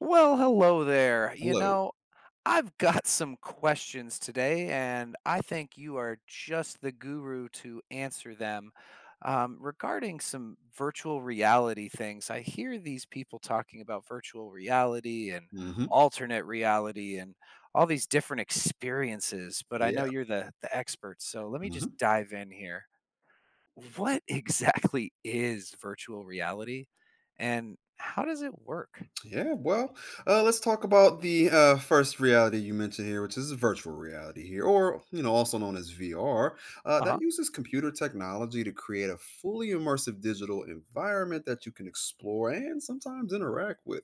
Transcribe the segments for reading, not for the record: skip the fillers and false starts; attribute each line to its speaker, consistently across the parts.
Speaker 1: Well, hello there.
Speaker 2: Hello.
Speaker 1: I've got some questions today, and I think you are just the guru to answer them. Regarding some virtual reality things, I hear these people talking about virtual reality and
Speaker 2: Hmm.
Speaker 1: alternate reality and all these different experiences, but I know
Speaker 2: Yeah.
Speaker 1: you're the expert, so let me just
Speaker 2: Hmm.
Speaker 1: dive in here. What exactly is virtual reality, and how does it work?
Speaker 2: Yeah. Well, let's talk about the first reality you mentioned here, which is virtual reality here, or you know, also known as VR. Uh,
Speaker 1: Uh
Speaker 2: that
Speaker 1: huh.
Speaker 2: uses computer technology to create a fully immersive digital environment that you can explore and sometimes interact with.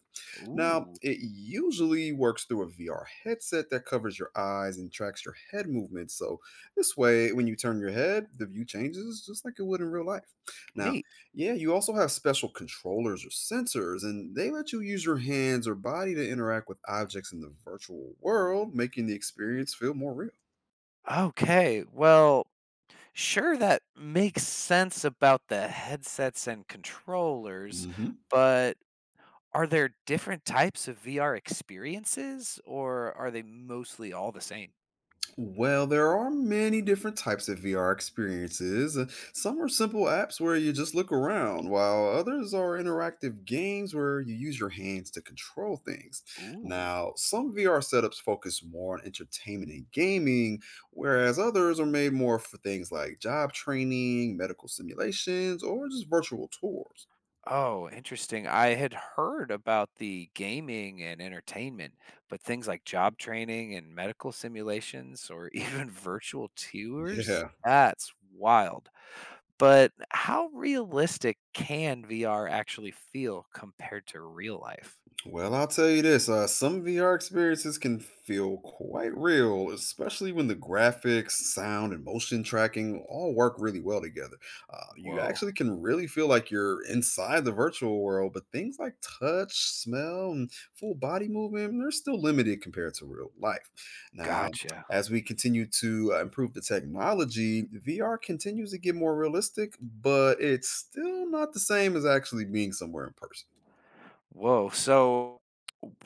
Speaker 2: Now,
Speaker 1: Ooh.
Speaker 2: it usually works through a VR headset that covers your eyes and tracks your head movements. So this way, when you turn your head, the view changes just like it would in real life. Now,
Speaker 1: Neat.
Speaker 2: yeah, you also have special controllers or sensors, and they let you use your hands or body to interact with objects in the virtual world, making the experience feel more real.
Speaker 1: Okay. Well, sure, that makes sense about the headsets and controllers,
Speaker 2: Hmm.
Speaker 1: but are there different types of VR experiences, or are they mostly all the same?
Speaker 2: Well, there are many different types of VR experiences. Some are simple apps where you just look around, while others are interactive games where you use your hands to control things.
Speaker 1: Ooh.
Speaker 2: Now, some VR setups focus more on entertainment and gaming, whereas others are made more for things like job training, medical simulations, or just virtual tours.
Speaker 1: Oh, interesting. I had heard about the gaming and entertainment, but things like job training and medical simulations or even virtual tours,
Speaker 2: Yeah.
Speaker 1: that's wild. But how realistic can VR actually feel compared to real life?
Speaker 2: Well, I'll tell you this, some VR experiences can feel quite real, especially when the graphics, sound, and motion tracking all work really well together. You
Speaker 1: Whoa,
Speaker 2: actually can really feel like you're inside the virtual world, but things like touch, smell, and full body movement, they're still limited compared to real life. Now,
Speaker 1: gotcha.
Speaker 2: as we continue to improve the technology, VR continues to get more realistic, but it's still not the same as actually being somewhere in person.
Speaker 1: Whoa. So,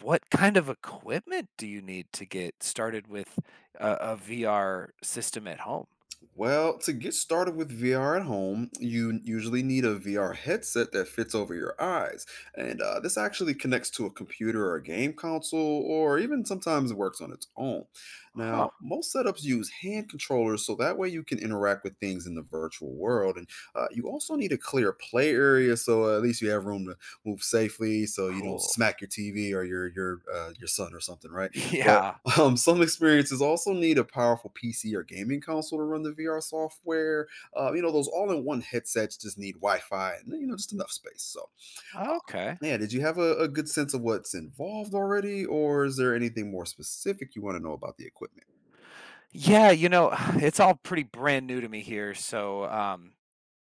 Speaker 1: what kind of equipment do you need to get started with a, VR system at home?
Speaker 2: Well, to get started with VR at home, you usually need a VR headset that fits over your eyes. And this actually connects to a computer or a game console, or even sometimes works on its own.
Speaker 1: Huh,
Speaker 2: Now, most setups use hand controllers, so that way you can interact with things in the virtual world. And you also need a clear play area, so at least you have room to move safely, so you don't
Speaker 1: cool.
Speaker 2: smack your TV or your son or something, right? But
Speaker 1: Yeah.
Speaker 2: some experiences also need a powerful PC or gaming console to run the VR software. Those all-in-one headsets just need Wi-Fi and just enough space. So, um,
Speaker 1: Okay.
Speaker 2: yeah, did you have a good sense of what's involved already, or is there anything more specific you want to know about the equipment?
Speaker 1: Yeah, it's all pretty brand new to me here, so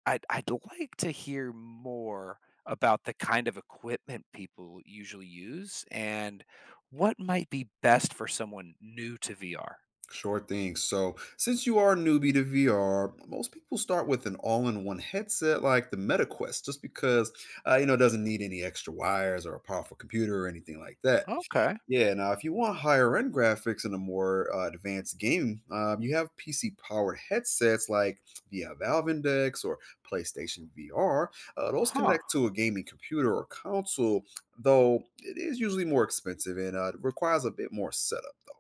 Speaker 1: I'd like to hear more about the kind of equipment people usually use and what might be best for someone new to VR.
Speaker 2: Sure thing. So, since you are a newbie to VR, most people start with an all-in-one headset like the Meta Quest, just because you know it doesn't need any extra wires or a powerful computer or anything like that.
Speaker 1: Okay.
Speaker 2: Yeah, now if you want higher end graphics in a more advanced game, you have PC powered headsets like via Valve Index or PlayStation VR. Those
Speaker 1: Huh.
Speaker 2: connect to a gaming computer or console, though it is usually more expensive and it requires a bit more setup, though.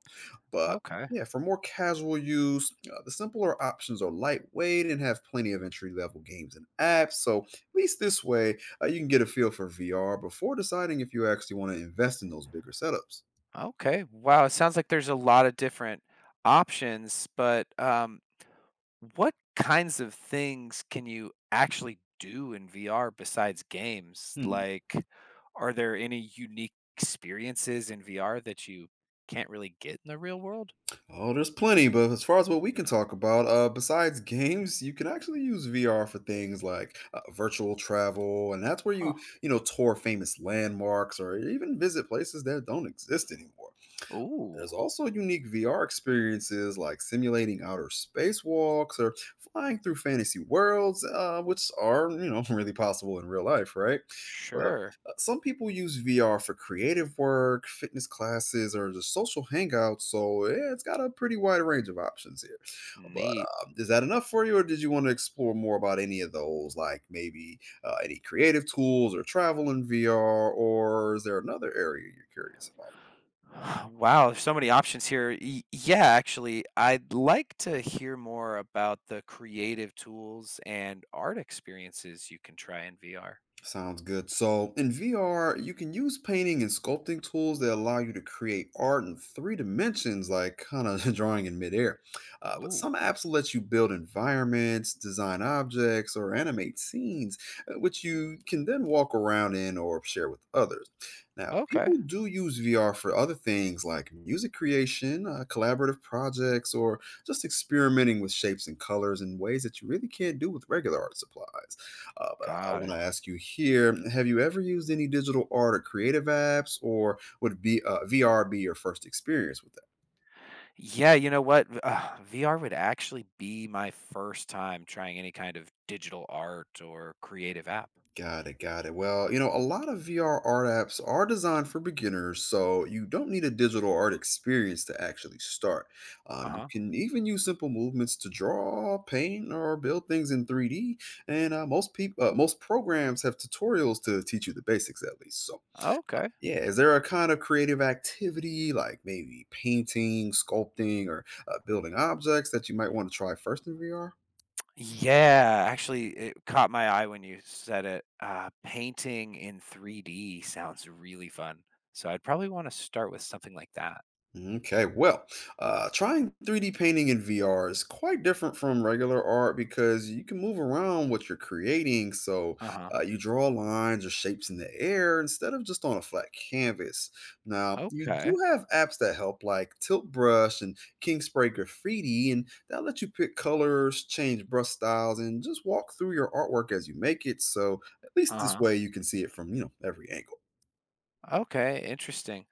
Speaker 2: But
Speaker 1: Okay.
Speaker 2: yeah, for more casual use, the simpler options are lightweight and have plenty of entry level games and apps. So at least this way, you can get a feel for VR before deciding if you actually want to invest in those bigger setups.
Speaker 1: Okay. Wow. It sounds like there's a lot of different options, but what kinds of things can you actually do in VR besides games?
Speaker 2: Hmm.
Speaker 1: Like, are there any unique experiences in VR that you can't really get in the real world?
Speaker 2: Oh, there's plenty, but as far as what we can talk about, besides games, you can actually use VR for things like virtual travel, and that's where you,
Speaker 1: Huh.
Speaker 2: you know, tour famous landmarks or even visit places that don't exist anymore.
Speaker 1: Ooh,
Speaker 2: There's also unique VR experiences like simulating outer spacewalks or flying through fantasy worlds, which are, really possible in real life, right? But
Speaker 1: sure.
Speaker 2: some people use VR for creative work, fitness classes, or just social hangouts. So yeah, it's got a pretty wide range of options here. But
Speaker 1: Neat.
Speaker 2: is that enough for you, or did you want to explore more about any of those, like maybe any creative tools or travel in VR, or is there another area you're curious about?
Speaker 1: Wow, there's so many options here. Yeah, actually, I'd like to hear more about the creative tools and art experiences you can try in VR.
Speaker 2: Sounds good. So, in VR, you can use painting and sculpting tools that allow you to create art in three dimensions, like kind of drawing in midair. But
Speaker 1: Ooh,
Speaker 2: some apps will let you build environments, design objects, or animate scenes, which you can then walk around in or share with others. Now,
Speaker 1: okay.
Speaker 2: people do use VR for other things like music creation, collaborative projects, or just experimenting with shapes and colors in ways that you really can't do with regular art supplies. But I
Speaker 1: Got
Speaker 2: want to
Speaker 1: it.
Speaker 2: ask you here, have you ever used any digital art or creative apps, or would be VR be your first experience with that?
Speaker 1: Yeah, you know what? VR would actually be my first time trying any kind of digital art or creative app.
Speaker 2: Got it, got it. Well, a lot of VR art apps are designed for beginners, so you don't need a digital art experience to actually start.
Speaker 1: Uh
Speaker 2: You
Speaker 1: huh.
Speaker 2: can even use simple movements to draw, paint, or build things in 3D. And most programs have tutorials to teach you the basics at least. So
Speaker 1: Okay.
Speaker 2: yeah, is there a kind of creative activity like maybe painting, sculpting, or building objects that you might want to try first in VR?
Speaker 1: Yeah, actually, it caught my eye when you said it. Painting in 3D sounds really fun. So I'd probably want to start with something like that.
Speaker 2: Okay, well, trying 3D painting in VR is quite different from regular art because you can move around what you're creating. So
Speaker 1: Uh huh.
Speaker 2: you draw lines or shapes in the air instead of just on a flat canvas. Now, you
Speaker 1: Okay.
Speaker 2: do have apps that help, like Tilt Brush and King Spray Graffiti, and that let you pick colors, change brush styles, and just walk through your artwork as you make it. So at least
Speaker 1: Uh
Speaker 2: this way
Speaker 1: huh.
Speaker 2: you can see it from, every angle.
Speaker 1: Okay. Interesting.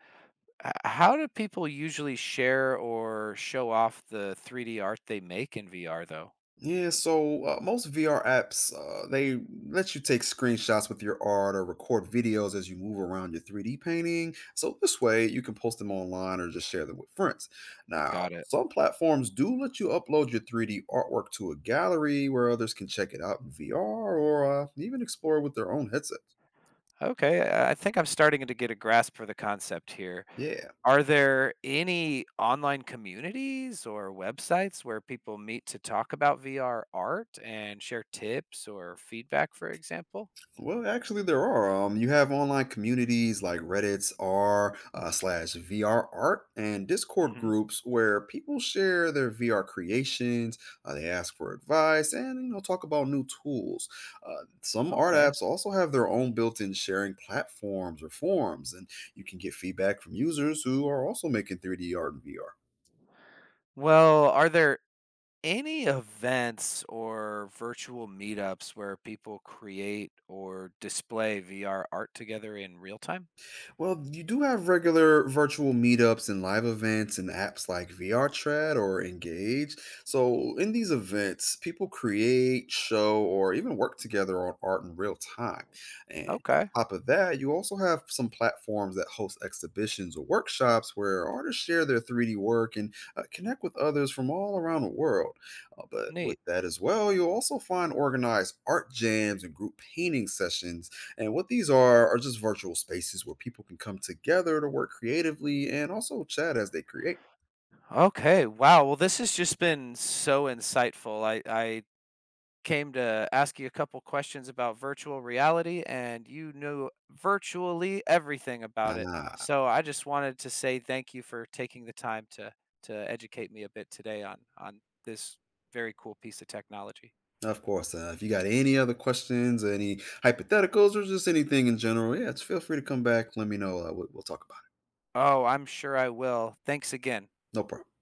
Speaker 1: How do people usually share or show off the 3D art they make in VR, though?
Speaker 2: Yeah, so most VR apps they let you take screenshots with your art or record videos as you move around your 3D painting. So this way, you can post them online or just share them with friends. Now,
Speaker 1: Got it.
Speaker 2: some platforms do let you upload your 3D artwork to a gallery where others can check it out in VR or even explore with their own headsets.
Speaker 1: Okay, I think I'm starting to get a grasp for the concept here.
Speaker 2: Yeah.
Speaker 1: Are there any online communities or websites where people meet to talk about VR art and share tips or feedback, for example?
Speaker 2: Well, actually, there are. You have online communities like Reddit's r slash VR art and Discord
Speaker 1: Hmm.
Speaker 2: groups where people share their VR creations. They ask for advice and talk about new tools. Some art
Speaker 1: Okay.
Speaker 2: apps also have their own built-in sharing platforms or forums, and you can get feedback from users who are also making 3D art and VR.
Speaker 1: Well, are there any events or virtual meetups where people create or display VR art together in real time?
Speaker 2: Well, you do have regular virtual meetups and live events and apps like VRChat or Engage. So, in these events, people create, show, or even work together on art in real time. And on
Speaker 1: Okay.
Speaker 2: top of that, you also have some platforms that host exhibitions or workshops where artists share their 3D work and connect with others from all around the world. But with
Speaker 1: Neat.
Speaker 2: that as well, you'll also find organized art jams and group painting sessions and what these are just virtual spaces where people can come together to work creatively and also chat as they create.
Speaker 1: Okay. Wow. Well, this has just been so insightful. I came to ask you a couple questions about virtual reality, and you knew virtually everything about it.
Speaker 2: Ah,
Speaker 1: So I just wanted to say thank you for taking the time to educate me a bit today on this very cool piece of technology.
Speaker 2: of course. If you got any other questions, any hypotheticals, or just anything in general, yeah, just feel free to come back. Let me know. We'll talk about it.
Speaker 1: Oh, I'm sure I will. Thanks again.
Speaker 2: No problem.